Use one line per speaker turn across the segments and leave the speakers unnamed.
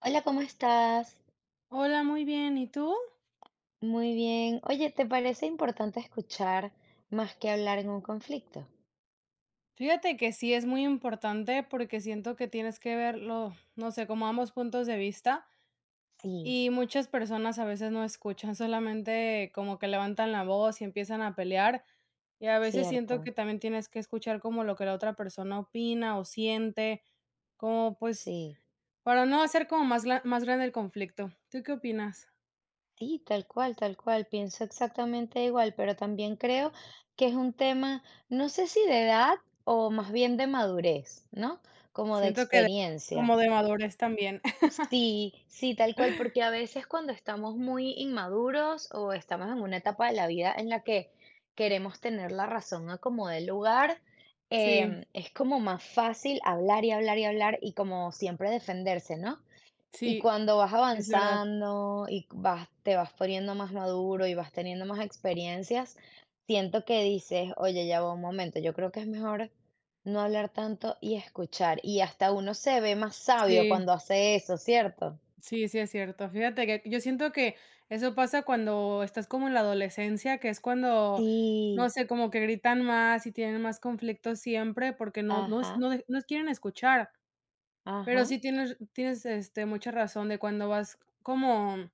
Hola, ¿cómo estás?
Hola, muy bien, ¿y tú?
Muy bien. Oye, ¿te parece importante escuchar más que hablar en un conflicto?
Fíjate que sí es muy importante porque siento que tienes que verlo, no sé, como ambos puntos de vista
Sí,
y muchas personas a veces no escuchan, solamente como que levantan la voz y empiezan a pelear y a veces siento
cierto.
que también tienes que escuchar como lo que la otra persona opina o siente, como pues
Sí,
para no hacer como más, más grande el conflicto. ¿Tú qué opinas?
sí, tal cual, tal cual. Pienso exactamente igual, pero también creo que es un tema, no sé si de edad o más bien de madurez, ¿no? Como de
Siento que
experiencia.
como de madurez también.
Sí, tal cual, porque a veces cuando estamos muy inmaduros o estamos en una etapa de la vida en la que queremos tener la razón a como del lugar,
Sí,
es como más fácil hablar y hablar y hablar y como siempre defenderse, ¿no? Y
sí,
cuando vas
es verdad.
avanzando y vas te vas poniendo más maduro y vas teniendo más experiencias, siento que dices: "Oye, ya va un momento, yo creo que es mejor no hablar tanto y escuchar", y hasta uno se ve más sabio
Sí.
cuando hace eso, ¿cierto?
Sí, sí es cierto. Fíjate que yo siento que eso pasa cuando estás como en la adolescencia, que es cuando, no
Sí,
sé, como que gritan más y tienen más conflictos siempre porque no no es
ajá,
no de no quieren escuchar. Pero
ajá,
sí tienes mucha razón de cuando vas como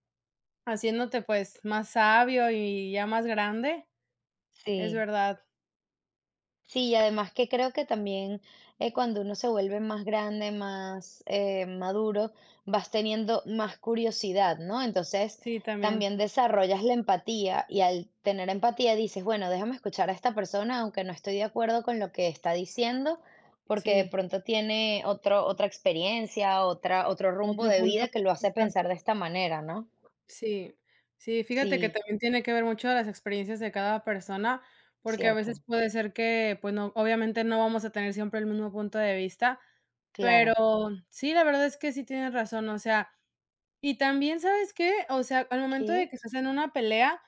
haciéndote, pues, más sabio y ya más grande, es
sí.
verdad.
Sí, y además que creo que también cuando uno se vuelve más grande, más maduro, vas teniendo más curiosidad, ¿no? Entonces
Sí, también.
también desarrollas la empatía y al tener empatía dices, bueno, déjame escuchar a esta persona aunque no estoy de acuerdo con lo que está diciendo, porque de
Sí,
pronto tiene otra experiencia, otro rumbo
otro
de
punto.
vida que lo hace pensar de esta manera, ¿no?
Sí, sí, fíjate que
Sí,
también tiene que ver mucho las experiencias de cada persona, porque a veces
cierto,
puede ser que, pues no, obviamente no vamos a tener siempre el mismo punto de vista, pero
claro.
sí, la verdad es que sí tienes razón, o sea, y también, ¿sabes qué? O sea, al momento de
¿Qué?
que estás en una pelea,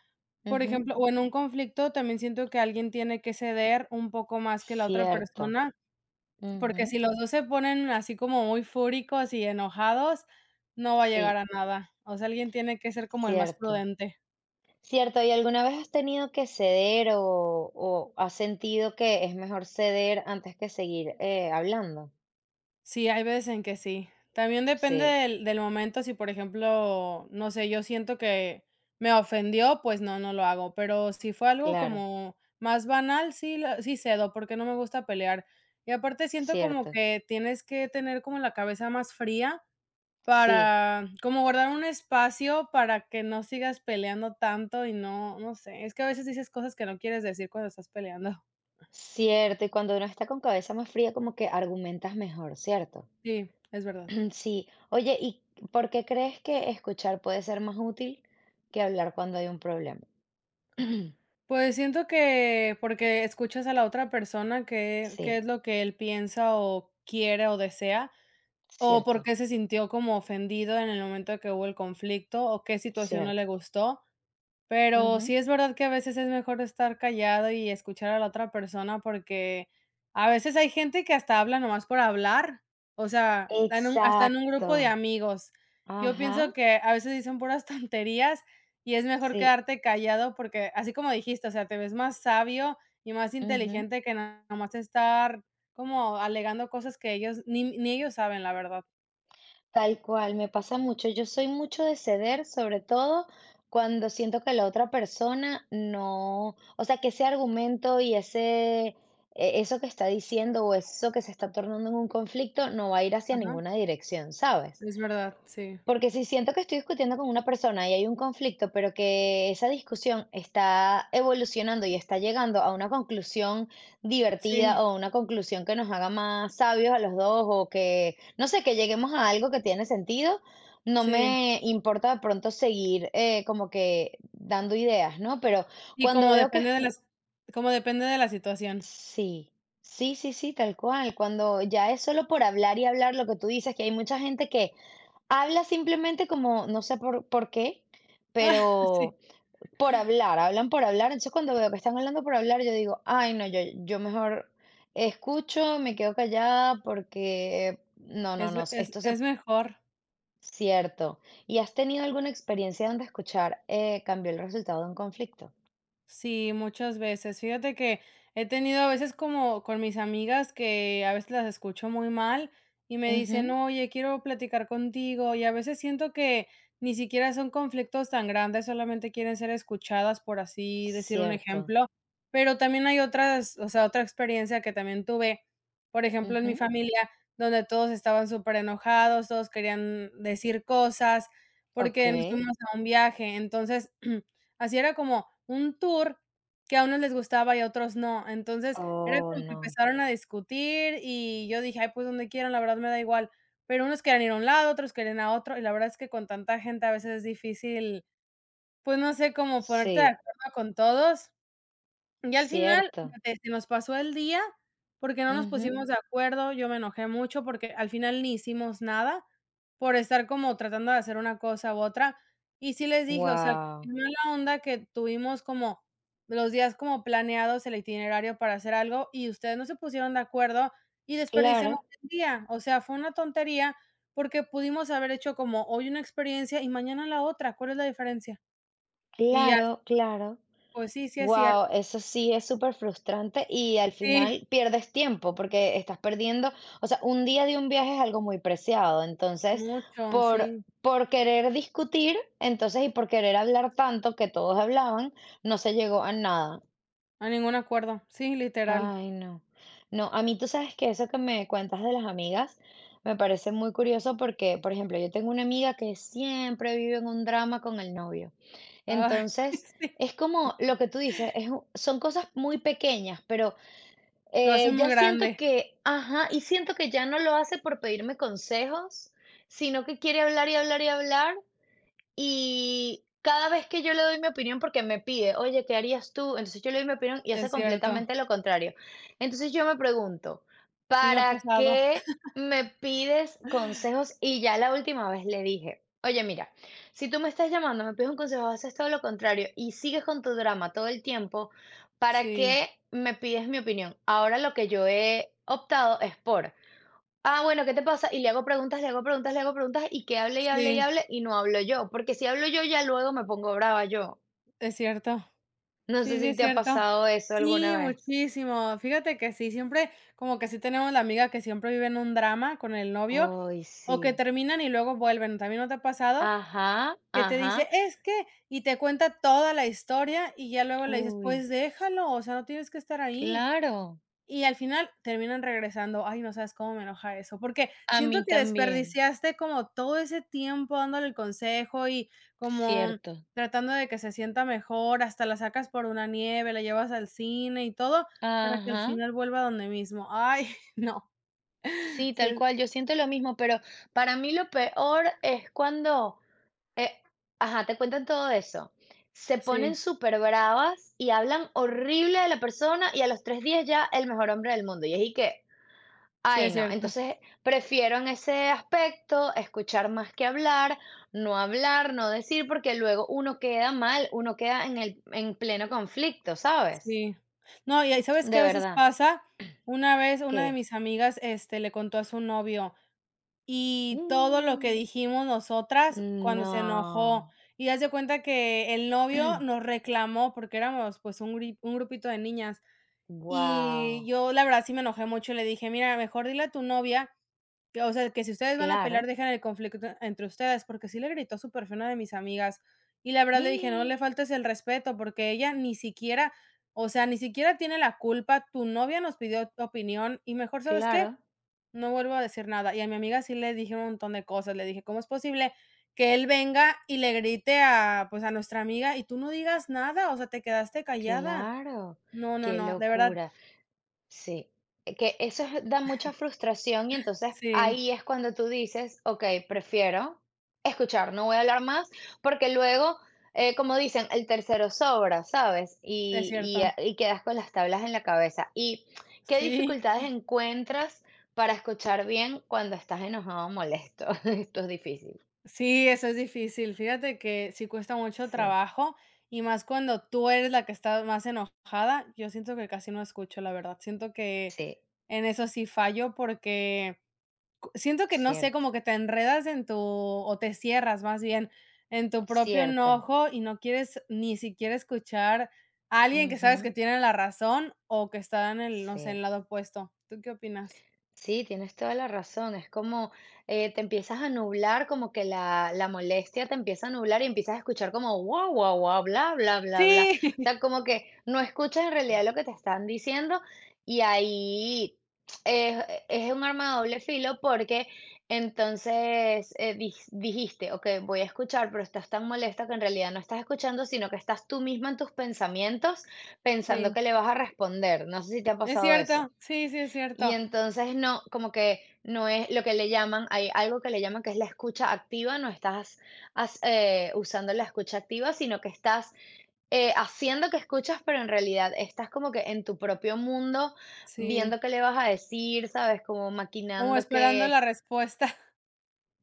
por
Ujú.
ejemplo, o en un conflicto, también siento que alguien tiene que ceder un poco más que la otra
Cierto.
persona, porque
Ujú.
si los dos se ponen así como muy fúricos y enojados, no va a llegar
Sí,
a nada. O sea, alguien tiene que ser como el más
cierto.
prudente.
Cierto, ¿y alguna vez has tenido que ceder o has sentido que es mejor ceder antes que seguir hablando?
Sí, hay veces en que sí. También depende
Sí,
del momento, si, por ejemplo, no sé, yo siento que me ofendió, pues no, no lo hago, pero si fue algo
claro,
como más banal, sí cedo, porque no me gusta pelear. Y aparte siento como
cierto.
que tienes que tener como la cabeza más fría
Sí,
para como guardar un espacio para que no sigas peleando tanto y no no sé, es que a veces dices cosas que no quieres decir cuando estás peleando.
cierto. Y cuando uno está con cabeza más fría, como que argumentas mejor, ¿cierto?
Sí, es verdad.
Sí. Oye, ¿y por qué crees que escuchar puede ser más útil que hablar cuando hay un problema?
Pues siento que porque escuchas a la otra persona qué
Sí,
es lo que él piensa, o quiere, o desea, o por
cierto,
qué se sintió como ofendido en el momento que hubo el conflicto, o qué situación no le
cierto.
gustó. Pero
Ujú.
sí es verdad que a veces es mejor estar callado y escuchar a la otra persona, porque a veces hay gente que hasta habla nomás por hablar, o sea, en un hasta en un grupo de
Exacto.
amigos. Yo
Ajá.
pienso que a veces dicen puras tonterías y es mejor
Sí,
quedarte callado porque, así como dijiste, o sea, te ves más sabio y más
ujú.
inteligente que nada más estar como alegando cosas que ellos ni ellos saben, la verdad.
Tal cual, me pasa mucho. Yo soy mucho de ceder, sobre todo cuando siento que la otra persona no, o sea, que ese argumento y ese, eso que está diciendo o eso que se está tornando en un conflicto no va a ir hacia
Ajá,
ninguna dirección, ¿sabes?
es verdad, sí.
Porque si siento que estoy discutiendo con una persona y hay un conflicto, pero que esa discusión está evolucionando y está llegando a una conclusión
Sí,
divertida o una conclusión que nos haga más sabios a los dos o que, no sé, que lleguemos a algo que tiene sentido, no
sí.
me importa de pronto seguir como que dando ideas, ¿no? Pero
Y
cuando veo que es
como depende de la situación.
Sí, sí, tal cual. Cuando ya es solo por hablar y hablar lo que tú dices, que hay mucha gente que habla simplemente como, no sé por qué,
Sí,
pero por hablar, hablan por hablar. Entonces cuando veo que están hablando por hablar, yo digo, ay, no, yo mejor escucho, me quedo callada porque
es
no,
es
esto es
es mejor.
cierto. ¿Y has tenido alguna experiencia donde escuchar cambió el resultado de un conflicto?
Sí, muchas veces. Fíjate que he tenido a veces como con mis amigas que a veces las escucho muy mal y me dicen,
Ujú.
oye, quiero platicar contigo. Y a veces siento que ni siquiera son conflictos tan grandes, solamente quieren ser escuchadas, por así decir un
Cierto.
ejemplo. Pero también hay otras, o sea, otra experiencia que también tuve, por ejemplo, en mi
Ujú.
familia, donde todos estaban súper enojados, todos querían decir cosas
Ok.
porque nos fuimos a un viaje. Entonces... Así era como un tour que a unos les gustaba y a otros no. Entonces, era
Oh,
como que
no.
empezaron a discutir y yo dije: "Ay, pues donde quieran, la verdad me da igual". Pero unos querían ir a un lado, otros querían a otro, y la verdad es que con tanta gente a veces es difícil, pues, no sé, como ponerte de
Sí,
acuerdo con todos. Y al final,
cierto.
fíjate, se nos pasó el día porque no nos
Ujú.
pusimos de acuerdo, yo me enojé mucho porque al final ni hicimos nada por estar como tratando de hacer una cosa u otra. Y sí les dije, o sea, qué
Guau.
mala onda que tuvimos como los días como planeados, el itinerario para hacer algo y ustedes no se pusieron de acuerdo y desperdiciamos
Claro,
el día. O sea, fue una tontería porque pudimos haber hecho como hoy una experiencia y mañana la otra. ¿Cuál es la diferencia? Y ya,
claro.
pues sí, sí es cierto.
Wow, eso sí es súper frustrante y al
Sí,
final pierdes tiempo porque estás perdiendo, o sea, un día de un viaje es algo muy preciado, entonces,
mucho,
por,
sí.
por querer discutir, entonces, y por querer hablar tanto que todos hablaban, no se llegó a nada.
A ningún acuerdo. Sí, literal.
Ay, no. No, a mí tú sabes que eso que me cuentas de las amigas me parece muy curioso porque, por ejemplo, yo tengo una amiga que siempre vive en un drama con el novio.
Ay,
Entonces,
sí.
es como lo que tú dices, es son cosas muy pequeñas, pero
Lo hace muy
ya siento
grande.
que, ajá, y siento que ya no lo hace por pedirme consejos, sino que quiere hablar y hablar y hablar. Y cada vez que yo le doy mi opinión, porque me pide, oye, ¿qué harías tú? Entonces yo le doy mi opinión y
Es
hace
cierto.
completamente lo contrario. Entonces yo me pregunto,
Sí me ha
¿para
pasado.
qué me pides consejos? Y ya la última vez le dije, oye, mira, si tú me estás llamando, me pides un consejo, haces todo lo contrario y sigues con tu drama todo el tiempo, ¿para
Sí,
qué me pides mi opinión? Ahora lo que yo he optado es por ah, bueno, ¿qué te pasa? Y le hago preguntas, le hago preguntas, le hago preguntas y que hable y hable y
sí,
hable y no hablo yo, porque si hablo yo ya luego me pongo brava yo.
es cierto.
No sé
Sí, sí,
si
es
te ha
cierto.
pasado eso
Sí,
alguna vez.
muchísimo. Fíjate que sí, siempre como que sí tenemos la amiga que siempre vive en un drama con el novio,
Ay,
o que
sí.
terminan y luego vuelven, ¿también no te ha pasado?
Ajá,
Que te dice:
ajá.
"Es que", y te cuenta toda la historia, y ya luego le dices:
Uy,
"Pues déjalo, o sea, no tienes que estar ahí".
claro.
Y al final terminan regresando. Ay, no sabes cómo me enoja eso, porque
A
siento
mí
que
también,
desperdiciaste como todo ese tiempo dándole el consejo y como
cierto.
tratando de que se sienta mejor, hasta la sacas por una nieve, la llevas al cine y todo, para que al
Ajá.
final vuelva donde mismo. Ay, no.
Sí,
Sí,
tal
es
cual, yo siento lo mismo, pero para mí lo peor es cuando Eh, ajá, te cuentan todo eso. Se ponen
sí,
súper bravas y hablan horrible de la persona y a los tres días ya el mejor hombre del mundo. Y es y que,
sí
ay
es
no,
cierto.
entonces prefiero en ese aspecto escuchar más que hablar, no decir, porque luego uno queda mal, uno queda en en pleno conflicto, ¿sabes?
Sí. No, y ahí, ¿sabes qué
De
a veces
verdad,
pasa? Una vez una de
¿qué?
mis amigas, este, le contó a su novio. Y todo lo que
Mm.
dijimos nosotras cuando se enojó.
No.
Y haz de cuenta que el novio nos reclamó porque éramos, pues, un grupito de niñas. Y
Wow,
yo, la verdad, sí me enojé mucho, le dije: "Mira, mejor dile a tu novia que, o sea, que si ustedes van a pelear,
claro.
dejen el conflicto entre ustedes", porque sí le gritó súper feo a una de mis amigas. Y la verdad le dije: "No le faltes el respeto, porque ella ni siquiera, o sea, ni siquiera tiene la culpa, tu novia nos pidió tu opinión y mejor, ¿sabes qué?
Claro.
No vuelvo a decir nada". Y a mi amiga sí le dije un montón de cosas. Le dije: "¿Cómo es posible que él venga y le grite a, pues, a nuestra amiga y tú no digas nada? O sea, te quedaste callada".
Claro,
No, no,
qué
no, de verdad,
locura. Sí, que eso da mucha frustración y entonces
sí,
ahí es cuando tú dices, ok, prefiero escuchar, no voy a hablar más, porque luego, como dicen, el tercero sobra, ¿sabes?
es cierto.
Y quedas con las tablas en la cabeza. ¿Y qué
Sí,
dificultades encuentras para escuchar bien cuando estás enojado o molesto? Esto es difícil.
sí, eso es difícil. Fíjate que sí cuesta mucho
Sí,
trabajo, y más cuando tú eres la que está más enojada, yo siento que casi no escucho, la verdad. Siento que
sí,
en eso sí fallo porque siento que, no sé,
cierto,
como que te enredas en tu o te cierras más bien en tu propio
cierto.
enojo y no quieres ni siquiera escuchar a alguien que sabes que
Ujú.
tiene la razón o que está en el, no sé, en el
Sí.
lado opuesto. ¿Tú qué opinas?
Sí, tienes toda la razón. Es como te empiezas a nublar, como que la molestia te empieza a nublar y empiezas a escuchar como guau, guau, guau, bla, bla, bla, bla. O
Sí,
sea, como que no escuchas en realidad lo que te están diciendo y ahí es un arma de doble filo porque entonces dijiste, ok, voy a escuchar, pero estás tan molesta que en realidad no estás escuchando, sino que estás tú misma en tus pensamientos pensando
sí,
que le vas a responder. No sé si te ha
es
pasado eso.
cierto. Sí, sí, es
Y
cierto.
entonces no, como que no es lo que le llaman, hay algo que le llaman que es la escucha activa, no estás usando la escucha activa, sino que estás haciendo que escuchas, pero en realidad estás como que en tu propio mundo,
Sí,
viendo qué le vas a decir, ¿sabes? Como
como
maquinando
esperando
qué.
la respuesta.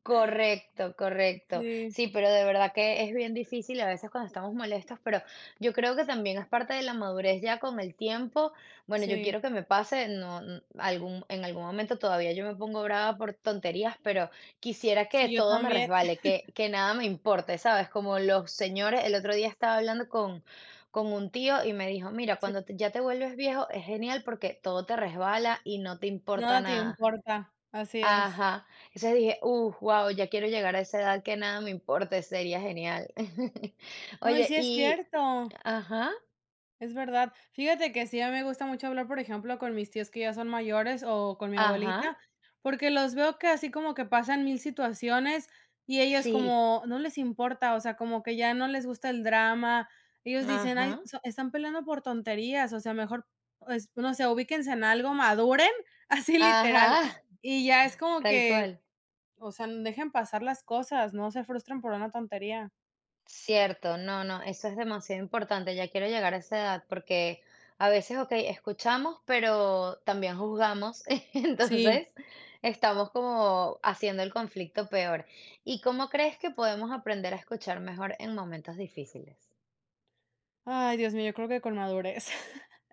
Correcto, correcto.
Sí,
Sí, pero de verdad que es bien difícil a veces cuando estamos molestos, pero yo creo que también es parte de la madurez ya con el tiempo. Bueno, yo
sí,
quiero que me pase, no, n- algún, en algún momento todavía yo me pongo brava por tonterías, pero quisiera que
sí, yo
todo me
también.
resbale, que nada me importe, ¿sabes? Como los señores, el otro día estaba hablando con un tío y me dijo, mira,
Sí,
cuando ya te vuelves viejo es genial porque todo te resbala y no te importa
nada te
nada.
importa. Así es.
Ajá. Entonces dije: guau, ya quiero llegar a esa edad que nada me importe, sería genial".
Ay,
Oye,
sí es
y
cierto.
ajá,
Es verdad. Fíjate que sí, a mí me gusta mucho hablar, por ejemplo, con mis tíos que ya son mayores o con mi
ajá,
abuelita, porque los veo que así como que pasan mil situaciones y ellos
sí,
como no les importa, o sea, como que ya no les gusta el drama. Ellos dicen, ay,
ajá,
so- están peleando por tonterías, o sea, mejor, pues, no sé, ubíquense en algo, maduren, así literal.
ajá,
Y ya es como
tal
que,
cual.
o sea, dejen pasar las cosas, no se frustren por una tontería.
Cierto, no, no, eso es demasiado importante, ya quiero llegar a esa edad, porque a veces, okey, escuchamos, pero también juzgamos,
Sí.
entonces estamos como haciendo el conflicto peor. ¿Y cómo crees que podemos aprender a escuchar mejor en momentos difíciles?
Ay, Dios mío, yo creo que con madurez.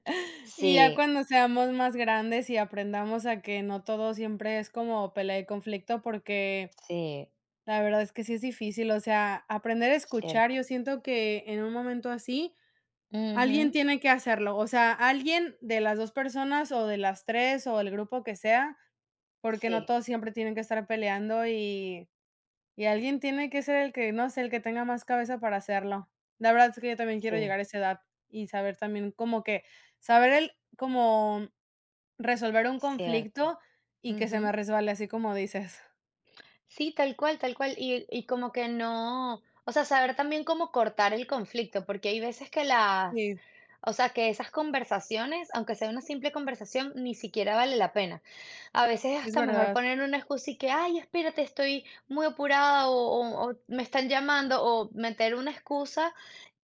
Y ya
Sí,
cuando seamos más grandes y aprendamos a que no todo siempre es como pelea y conflicto, porque
sí,
la verdad es que sí es difícil, o sea, aprender a escuchar,
cierto.
yo siento que en un momento así alguien
Ujú.
tiene que hacerlo, o sea, alguien de las 2 personas o de las 3 o el grupo que sea, porque no
Sí,
todos siempre tienen que estar peleando y alguien tiene que ser el que, no sé, el que tenga más cabeza para hacerlo. La verdad es que yo también quiero
sí,
llegar a esa edad y saber también como que saber el como resolver un
cierto.
conflicto y que se
Ujú.
me resbale, así como dices.
Sí, tal cual, tal cual. Como que no, o sea, saber también cómo cortar el conflicto, porque hay veces que las,
Sí,
o sea, que esas conversaciones, aunque sea una simple conversación, ni siquiera vale la pena. A veces es
es
hasta mejor
verdad,
poner una excusa y que: "Ay, espérate, estoy muy apurada", o "Me están llamando", o meter una excusa.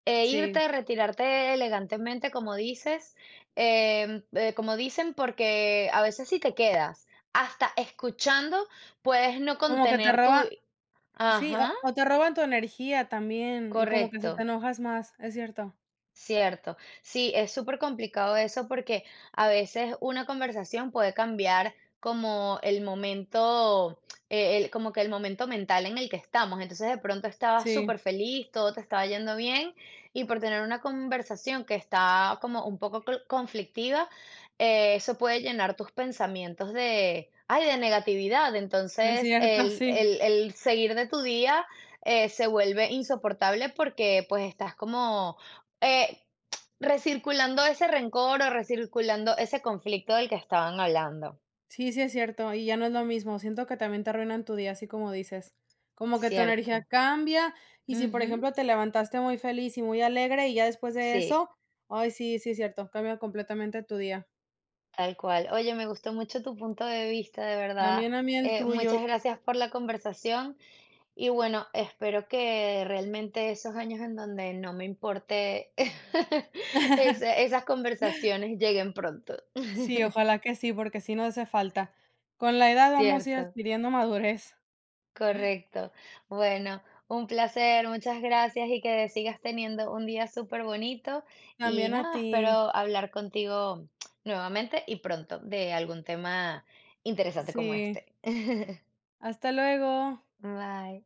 sí.
Irte, retirarte elegantemente, como dices, como dicen, porque a veces si te quedas hasta escuchando, puedes no
Como que te
contener
roba
tu
sí,
ajá,
o te roban tu energía también, y como que se te
correcto.
enojas más, es cierto.
Cierto. Sí, es súper complicado eso porque a veces una conversación puede cambiar como el momento, como que el momento mental en el que estamos. Entonces de pronto estabas
Sí,
súper feliz, todo te estaba yendo bien y por tener una conversación que está como un poco conflictiva, eso puede llenar tus pensamientos de, ay, de negatividad.
es
Entonces
cierto, sí.
el seguir de tu día se vuelve insoportable porque pues estás como eh, recirculando ese rencor o recirculando ese conflicto del que estaban hablando,
Sí, sí es cierto, y ya no es lo mismo. Siento que también te arruinan tu día, así como dices. Como que tu energía
¿cierto?
cambia, y si, por
Ujú.
ejemplo, te levantaste muy feliz y muy alegre, y ya después de
Sí,
eso, ay, sí, sí es cierto, cambia completamente tu día.
tal cual. Oye, me gustó mucho tu punto de vista, de verdad.
También a mí el tuyo.
Muchas gracias por la conversación y bueno, espero que realmente esos años en donde no me importe esas conversaciones lleguen pronto,
Sí, ojalá que sí, porque sí nos hace falta. Con la edad vamos a ir
¿cierto?
adquiriendo madurez.
Correcto. Bueno, un placer, muchas gracias y que sigas teniendo un día súper bonito. Y
También a
nada,
ti.
espero hablar contigo nuevamente y pronto de algún tema interesante como
Sí.
este.
Hasta luego.
Bye.